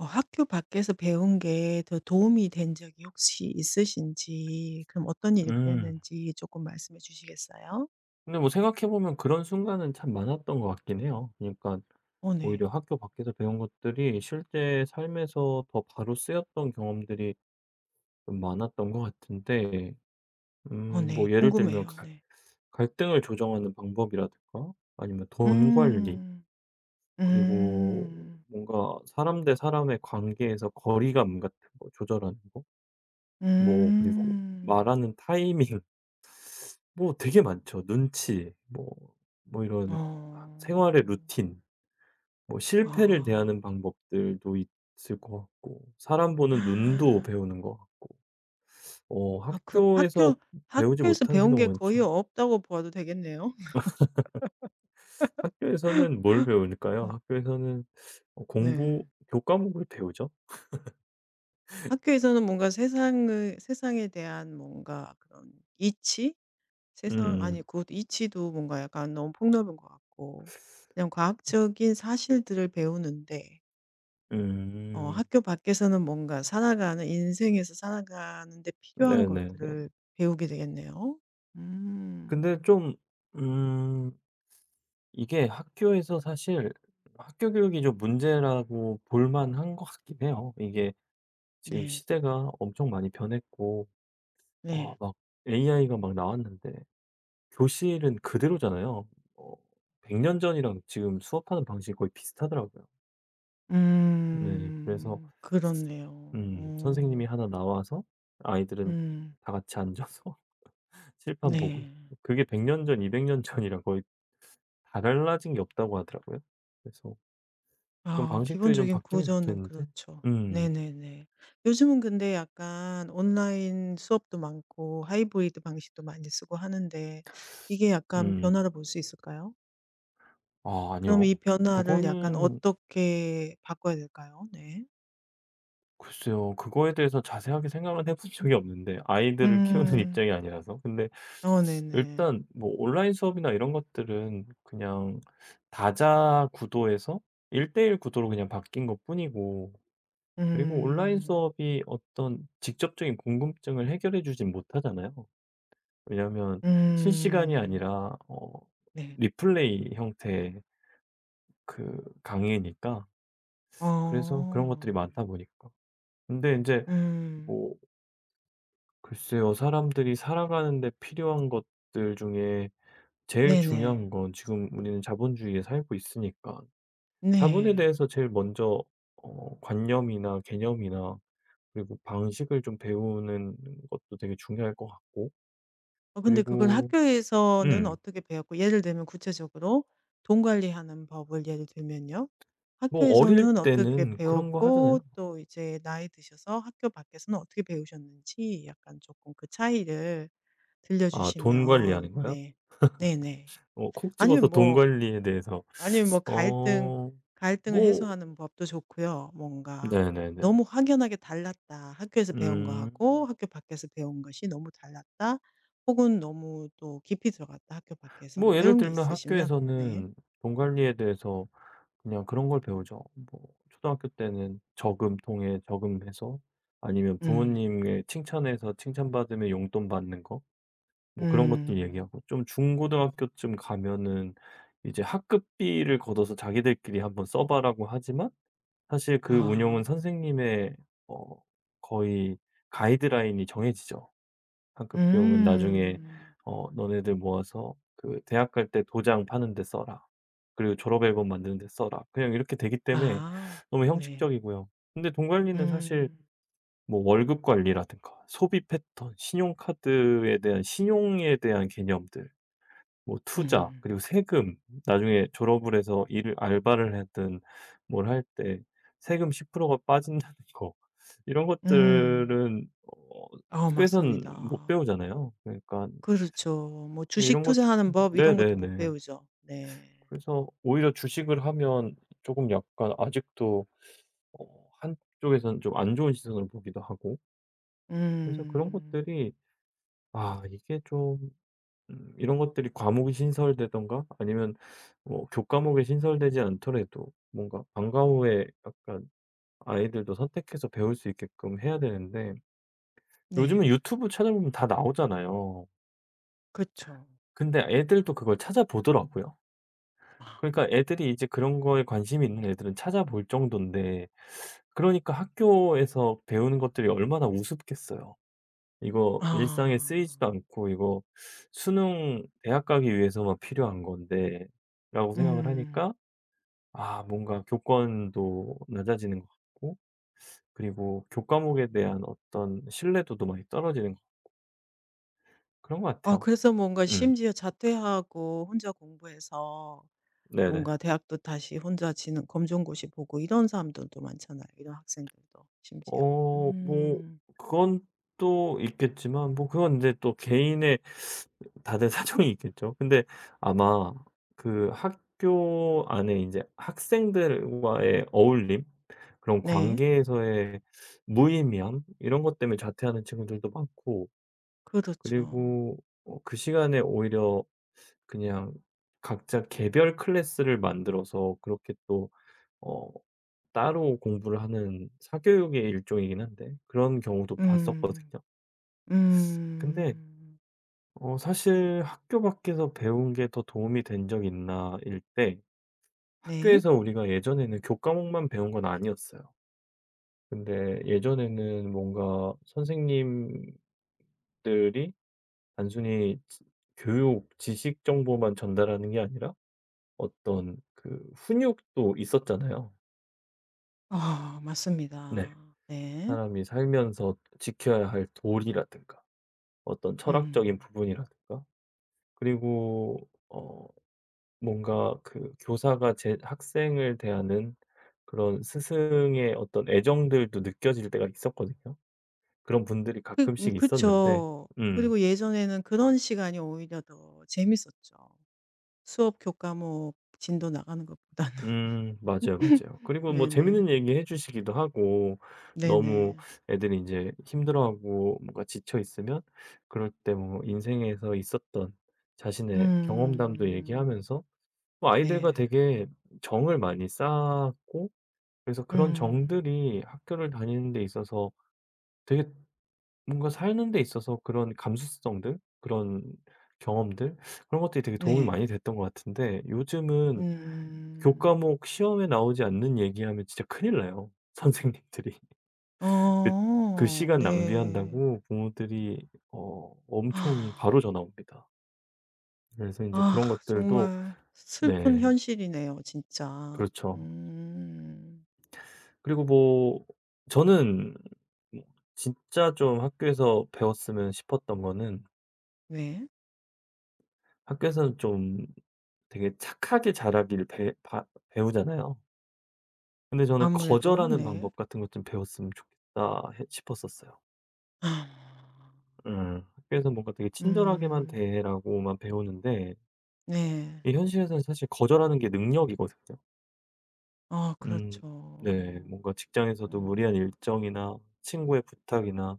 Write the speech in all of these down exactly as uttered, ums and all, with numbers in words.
어 학교 밖에서 배운 게 더 도움이 된 적이 혹시 있으신지 그럼 어떤 일이 음. 그랬는지 조금 말씀해 주시겠어요? 근데 뭐 생각해 보면 그런 순간은 참 많았던 것 같긴 해요. 그러니까 어 네. 오히려 학교 밖에서 배운 것들이 실제 삶에서 더 바로 쓰였던 경험들이 좀 많았던 것 같은데 음 어 네. 뭐 예를 들면 궁금해요. 갈 네. 갈등을 조정하는 방법이라든가 아니면 돈 관리, 음. 그리고 음. 뭔가 사람 대 사람의 관계에서 거리감 같은 거 조절하는 거, 뭐 그리고 음. 말하는 타이밍, 뭐 되게 많죠. 눈치 뭐 뭐 이런 생활의 어. 루틴, 뭐 실패를 아. 대하는 방법들도 있을 것 같고, 사람 보는 눈도 배우는 것 같고 어 아 그럼 학교 학교에서 배우지 학교에서 못하는 게 배운 너무 게 거의 많죠. 없다고 봐도 되겠네요. 학교에서는 뭘 배울까요? 네. 학교에서는 어 네. 공부 교과목을 배우죠. 학교에서는 뭔가 세상을 세상에 대한 뭔가 그런 이치? 세상 음. 아니 그 이치도 뭔가 약간 너무 폭넓은 것 같고 그냥 과학적인 사실들을 배우는데 어 음. 학교 밖에서는 뭔가 살아가는 인생에서 살아가는 데 필요한 네네네. 것들을 배우게 되겠네요. 근데 음. 좀음 이게 학교에서 사실 학교 교육이 좀 문제라고 볼 만한 것 같긴 해요. 이게 지금 네. 시대가 엄청 많이 변했고, 와, 네. 막 에이아이가 막 나왔는데 교실은 그대로잖아요. 어 백 년 전이랑 지금 수업하는 방식이 거의 비슷하더라고요. 네. 그래서 음. 그렇네요. 음 어. 선생님이 하나 나와서 아이들은 음. 다 같이 앉아서 칠판 보고 네. 있고, 그게 백 년 전, 이백 년 전이랑 거의 다 달라진 게 없다고 하더라고요. 그래서 그런 아 방식들이 좀 기본적인 바뀌면 구조는 좋겠는데. 그렇죠. 음. 네네네. 요즘은 근데 약간 온라인 수업도 많고 하이브리드 방식도 많이 쓰고 하는데 이게 약간 변화를 음. 볼 수 있을까요? 아 그럼 아니요. 이 변화를 약간 그거는 어떻게 바꿔야 될까요? 네. 글쎄요. 그거에 대해서 자세하게 생각은 해본 적이 없는데, 네. 아이들을 키우는 음. 입장이 아니라서. 근데 어 네네. 일단 뭐 온라인 수업이나 이런 것들은 그냥 다자 구도에서 일 대일 구도로 그냥 바뀐 것뿐이고, 그리고 온라인 음. 수업이 어떤 직접적인 궁금증을 해결해 주진 못하잖아요. 왜냐하면 실시간이 음. 아니라 어 네. 리플레이 형태의 그 강의니까. 그래서 어. 그런 것들이 많다 보니까. 근데 인제 음. 뭐 글쎄요. 사람들이 살아가는 데 필요한 것들 중에 제일 네네. 중요한 건, 지금 우리는 자본주의에 살고 있으니까 자본에 네. 대해서 제일 먼저 어 관념이나 개념이나 그리고 방식을 좀 배우는 것도 되게 중요할 것 같고, 어 근데 그걸 그리고 학교에서는 음 어떻게 배웠고 예를 들면 구체적으로 돈 관리하는 법을 예를 들면요. 뭐 어릴 학교에서는 어떻게 때는 그런 거 배웠고 하잖아요. 또 이제 나이 드셔서 학교 밖에서는 어떻게 배우셨는지 약간 조금 그 차이를 들려 아 돈 주시면 관리하는 거요? 네. 네네. 어 콕 집어서 아니면 돈 뭐 관리에 대해서. 아니면 뭐 갈등 어. 갈등을 뭐 해소하는 법도 좋고요. 뭔가 네네네. 너무 확연하게 달랐다. 학교에서 배운 음. 거하고 학교 밖에서 배운 것이 너무 달랐다. 혹은 너무 또 깊이 들어갔다. 학교 밖에서 뭐 뭐 예를 이런 게 들면 있으시면 네. 학교에서는 돈 관리에 대해서 그냥 그런 걸 배우죠. 뭐 초등학교 때는 저금통에 저금해서, 아니면 음. 부모님의 칭찬해서 칭찬받으면 용돈 받는 거, 뭐 그런 것들 음. 얘기하고, 좀 중고등학교쯤 가면은 이제 학급비를 걷어서 자기들끼리 한번 써 봐라고 하지만 사실 그 운용은 아. 선생님의 어 거의 가이드라인이 정해지죠. 학급 비용은 나중에 음. 어 너네들 모아서 그 대학 갈 때 도장 파는 데 써라, 그리고 졸업 앨범 만드는 데 써라. 그냥 이렇게 되기 때문에 아. 너무 네. 형식적이고요. 근데 돈 관리는 사실 음. 뭐 월급 관리라든가 소비 패턴, 신용카드에 대한, 신용에 대한 개념들, 뭐 투자, 음. 그리고 세금, 나중에 졸업을 해서 일을, 알바를 하든 뭘 할 때 세금 십 퍼센트가 빠진다는 거, 이런 음. 것들은 어 아 학교에선 못 맞습니다. 배우잖아요. 그러니까 그렇죠. 뭐 근데 주식 이런 것. 투자하는 법 이런 것도 못 네네네. 배우죠. 네. 그래서 오히려 주식을 하면 조금 약간 아직도 어 한쪽에선 좀 안 좋은 시선을 보기도 하고, 그래서 그런 음. 것들이, 아 이게 좀 음 이런 것들이 과목이 신설되던가, 아니면 뭐 교과목에 신설되지 않더라도 뭔가 방과 후에 약간 아이들도 선택해서 배울 수 있게끔 해야 되는데, 요즘은 네. 유튜브 찾아보면 다 나오잖아요. 그쵸. 근데 애들도 그걸 찾아보더라고요. 그러니까 애들이 이제 그런 거에 관심이 있는 애들은 찾아볼 정도인데, 그러니까 학교에서 배우는 것들이 얼마나 우습겠어요. 이거 일상에 아. 쓰이지도 않고, 이거 '수능 대학 가기 위해서만 필요한 건데.'라고 생각을 음. 하니까, 아 뭔가 교권도 낮아지는 것 같고, 그리고 교과목에 대한 어떤 신뢰도도 많이 떨어지는 것, 그런 것 아 같아요. 그래서 뭔가 음. 심지어 자퇴하고 혼자 공부해서 네네. 뭔가 대학도 다시 혼자 지는 검정고시 보고 이런 사람들도 많잖아요, 이런 학생들도 심지어. 어 뭐 음. 그건 또 있겠지만, 뭐 그건 이제 또 개인의, 다들 사정이 있겠죠. 근데 아마 그 학교 안에 이제 학생들과의 어울림, 그런 네. 관계에서의 무의미함, 이런 것 때문에 자퇴하는 친구들도 많고, 그렇죠. 그리고 어 그 시간에 오히려 그냥 각자 개별 클래스를 만들어서 그렇게 또 어 따로 공부를 하는, 사교육의 일종이긴 한데 그런 경우도 음. 봤었거든요. 근데 음. 어 사실 '학교 밖에서 배운 게 더 도움이 된 적 있나.' 일때 네. 학교에서 우리가 예전에는 교과목만 배운 건 아니었어요. 근데 예전에는 뭔가 선생님들이 단순히 지- 교육 지식 정보만 전달하는 게 아니라 어떤 그 훈육도 있었잖아요. 아 맞습니다. 네. 네. 사람이 살면서 지켜야 할 도리라든가, 어떤 철학적인 음. 부분이라든가, 그리고 어 뭔가 그 교사가 제 학생을 대하는 그런 스승의 어떤 애정들도 느껴질 때가 있었거든요. 그런 분들이 그 음 가끔씩 있었는데. 그쵸. 음. 그리고 예전에는 그런 시간이 오히려 더 재밌었죠. 수업 교과목 진도 나가는 것보다는. 음 맞아요, 맞아요. 그리고 뭐 네네. 재밌는 얘기 해 주시기도 하고, 너무 네네. 애들이 이제 힘들어하고 뭔가 지쳐 있으면 그럴 때 뭐 인생에서 있었던 자신의 경험담도 음. 얘기하면서 뭐 네. 아이들과 되게 정을 많이 쌓았고, 그래서 그런 음. 정들이 학교를 다니는 데 있어서 되게, 뭔가 사는 데 있어서 그런 감수성들, 그런 경험들, 그런 것들이 되게 도움이 네. 많이 됐던 것 같은데, 요즘은 음. 교과목 시험에 나오지 않는 얘기하면 진짜 큰일 나요, 선생님들이. 그 그 어 시간 네. 낭비한다고 부모들이 어 엄청 바로 아 전화 옵니다. 그래서 이제 아, 그런 것들도. 정말 슬픈 네. 현실이네요 진짜. 그렇죠. 음. 그리고 뭐 저는, 뭐 진짜 좀 학교에서 배웠으면 싶었던 거는, 네. 학교에서는 좀 되게 착하게 자라기를 배 바 배우잖아요. 근데 저는 아무래도 '거절하는 네. 방법 같은 것 좀 배웠으면 좋겠다.' 해 싶었었어요. 아, 음. 학교에서 뭔가 되게 친절하게만 음. 대라고만 배우는데 네. 이 현실에서는 사실 거절하는 게 능력이거든요. 아 음. 네. 그렇죠. 뭔가 직장에서도 음. 무리한 일정이나 친구의 부탁이나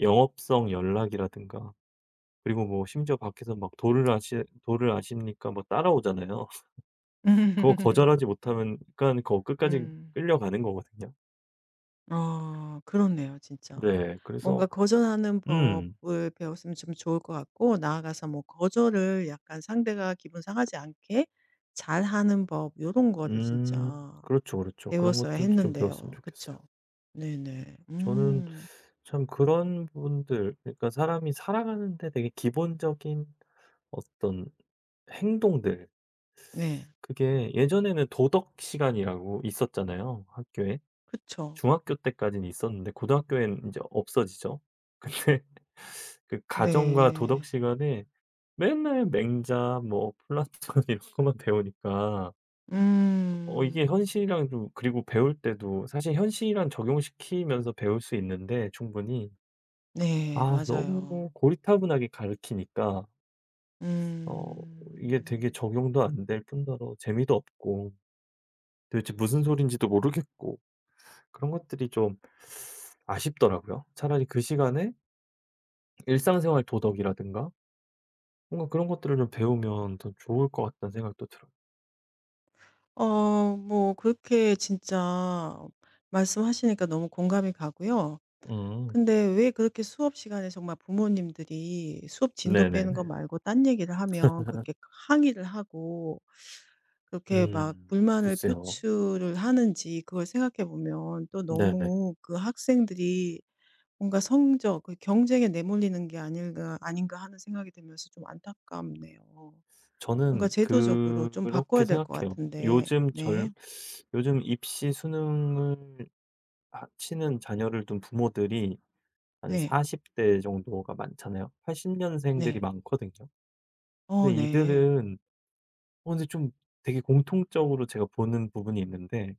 영업성 연락이라든가, 그리고 뭐 심지어 밖에서 막 "도를 아시 돌을 아십니까?" 뭐 따라오잖아요. 그거 거절하지 못하면 그러그거 끝까지 음. 끌려가는 거거든요. 아 그렇네요 진짜. 네. 뭔가 그래서. 거절하는 음. 법을 배웠으면 좀 좋을 것 같고 나아가서 뭐 거절을 약간 상대가 기분 상하지 않게 잘하는 법 요런 거를 음. 진짜 그렇죠, 그렇죠. 그런 배웠어야 것들도 좀 배웠으면 했는데요. 그쵸? 좋겠어요. 네네. 저는 음. 참 그런 분들, 그러니까 사람이 살아가는데 되게 기본적인 어떤 행동들, 네. 그게 예전에는 도덕 시간이라고 있었잖아요, 학교에. 그쵸. 중학교 때까지는 있었는데 고등학교엔 이제 없어지죠. 근데 그 가정과 도덕 네. 시간에 맨날 맹자, 뭐 플라톤 이런 것만 배우니까 어 이게 음. 현실이랑 좀, 그리고 배울 때도 사실 현실이랑 적용시키면서 배울 수 있는데 충분히, 네. 아 너무 맞아요. 고리타분하게 가르치니까 어 이게 되게 음. 적용도 안 될 뿐더러 재미도 없고, 도대체 무슨 소린지도 모르겠고, 그런 것들이 좀 아쉽더라고요. 차라리 그 시간에 일상생활 도덕이라든가 뭔가 그런 것들을 좀 배우면 더 좋을 것 같다는 생각도 들어요. 어 뭐 그렇게 진짜 말씀하시니까 너무 공감이 가고요. 음. 근데 왜 그렇게 수업 시간에 정말 부모님들이 수업 진도 빼는 거 네네네. 말고 딴 얘기를 하면 그렇게 항의를 하고 그렇게 막 음. 불만을 글쎄요. 표출을 하는지 그걸 생각해 보면 또 네네. 너무 그 학생들이 뭔가 성적 그 경쟁에 내몰리는 게 아닐까 아닌가 하는 생각이 들면서 좀 안타깝네요. 뭔가 저는 제도적으로 좀 바꿔야 그렇게 될 것 생각해요. 같은데. 요즘 절 네. 요즘 입시 수능을 하 치는 자녀를 둔 부모들이 한 네. 사십 대 정도가 많잖아요. 팔십 년생들이 네. 많거든요. 어 근데 네. 이들은, 어 근데 좀 되게 공통적으로 제가 보는 부분이 있는데,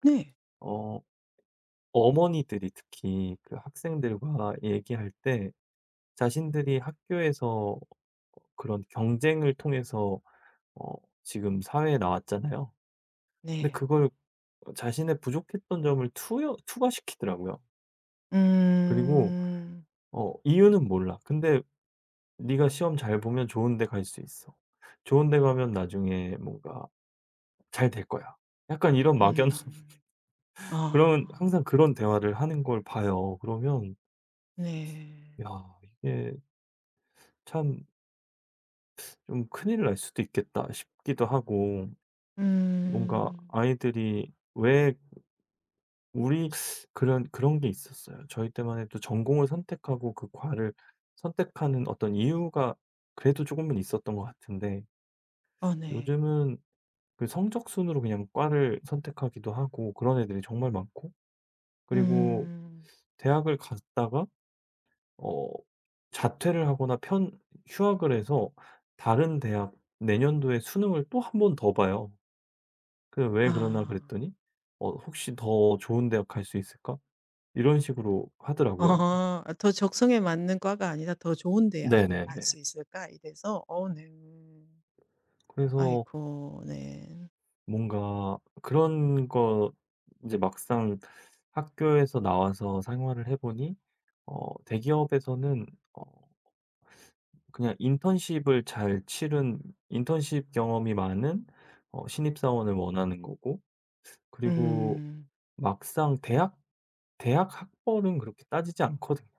네. 어 어머니들이 특히 그 학생들과 얘기할 때 자신들이 학교에서 어 그런 경쟁을 통해서 어 지금 사회에 나왔잖아요. 근데 네. 그걸 어 자신의 부족했던 점을 투여 투과시키더라고요. 그리고 음. 어 이유는 몰라. 근데 네가 시험 잘 보면 좋은 데 갈 수 있어. 좋은 데 가면 나중에 뭔가 잘 될 거야. 약간 이런 막연한, 음. 그런, 항상 아. 그런 대화를 하는 걸 봐요. 그러면 네. '야 이게 참 좀 큰일 날 수도 있겠다.' 싶기도 하고, 뭔가 음. 아이들이 왜 우리 그런 그런 게 있었어요. 저희 때만 해도 전공을 선택하고 그 과를 선택하는 어떤 이유가 그래도 조금은 있었던 것 같은데, 어 네. 요즘은 그 성적 순으로 그냥 과를 선택하기도 하고 그런 애들이 정말 많고, 그리고 음. 대학을 갔다가 어 자퇴를 하거나 편 휴학을 해서 다른 대학 내년도에 수능을 또 한 번 더 봐요. 그 왜 그러나 아. 그랬더니 어 "혹시 더 좋은 대학 갈 수 있을까?" 이런 식으로 하더라고요. 아. '더 적성에 맞는 과가 아니라 더 좋은 대학을 갈 네네네. 수 있을까?' 이래서 어 네. 그래서 아이코 네. 뭔가 그런 거, 이제 막상 학교에서 나와서 생활을 해 보니 어 대기업에서는 어 그냥 인턴십을 잘 치른, 인턴십 경험이 많은 어 신입사원을 원하는 거고, 그리고 음. 막상 대학 대학 학벌은 그렇게 따지지 않거든요.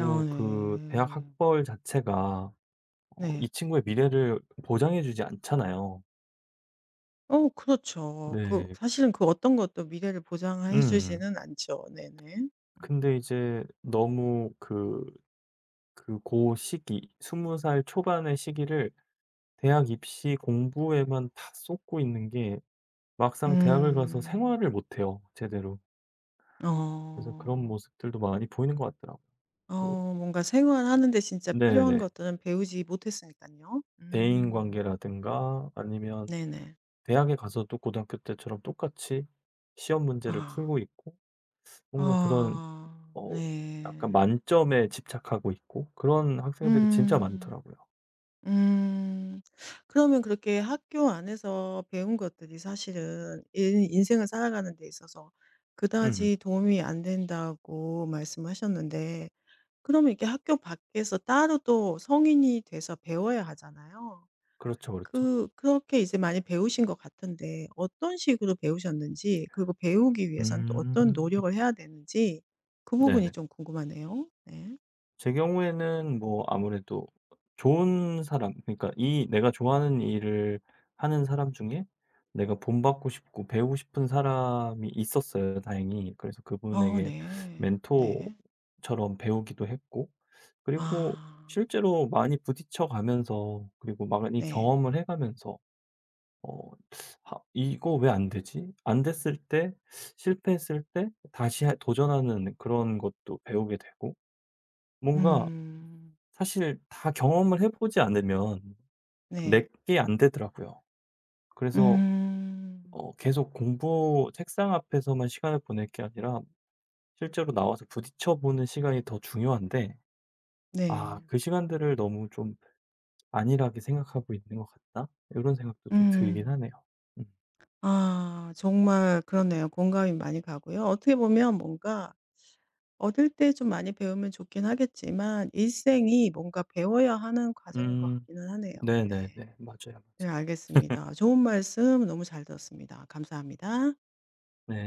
아 그 대학 네. 학벌 자체가 어 이 네. 친구의 미래를 보장해 주지 않잖아요. 어 그렇죠. 그 네. 사실은 그 어떤 것도 미래를 보장해 음. 주지는 않죠. 네네. 음. 근데 이제 너무 그 그 고 시기, 스무살 초반의 시기를 대학 입시 공부에만 다 쏟고 있는 게, 막상 대학을 가서 음. 생활을 못 해요, 제대로. 그래서 그런 어. 모습들도 많이 보이는 것 같더라고요. 그 어 뭔가 생활하는 데 진짜 필요한 네네. 것들은 배우지 못했으니깐요. 대인 음. 관계라든가, 아니면 네네. 대학에 가서도 고등학교 때처럼 똑같이 시험 문제를 아. 풀고 있고, 뭔가 그런 아 어 약간 네. 만점에 집착하고 있고, 그런 학생들이 진짜 음. 많더라고요. 음. 그러면 그렇게 학교 안에서 배운 것들이 사실은 인 인생을 살아가는 데 있어서 음. 그다지 도움이 안 된다고 말씀하셨는데 그러면 이렇게 학교 밖에서 따로 또 성인이 돼서 배워야 하잖아요. 그렇죠, 그렇죠. 그 그렇게 이제 많이 배우신 것 같은데 어떤 식으로 배우셨는지 그리고 배우기 위해서는 또 어떤 음. 노력을 해야 되는지 그 부분이 네네. 좀 궁금하네요. 네. 제 경우에는 뭐 아무래도 좋은 사람, 그러니까 이 내가 좋아하는 일을 하는 사람 중에 내가 본받고 싶고 배우고 싶은 사람이 있었어요 다행히. 그래서 어 그분에게 네. 네. 멘토처럼 배우기도 했고, 그리고 아. 실제로 많이 부딪혀 가면서, 그리고 많이 네. 경험을 해 가면서 어 하 '이거 왜 안 되지?' 안 됐을 때, 실패했을 때 다시 하 도전하는 그런 것도 배우게 되고, 뭔가 음. 사실 다 경험을 해 보지 않으면 네. 내게 안 되더라고요. 그래서 음. 어 계속 공부 책상 앞에서만 시간을 보낼 게 아니라 실제로 나와서 부딪혀 보는 시간이 더 중요한데 '아 네. 그 시간들을 너무 좀 안일하게 생각하고 있는 것 같다.' 이런 생각도 좀 들긴 음. 하네요. 음. 아 정말 그렇네요. 공감이 많이 가고요. 어떻게 보면 뭔가 어릴 때 좀 많이 배우면 좋긴 하겠지만 일생이 뭔가 배워야 하는 과정인 것 음. 같기는 하네요. 네네네. 네. 맞아요, 네 맞아요. 알겠습니다. 좋은 말씀 너무 잘 들었습니다. 감사합니다. 네.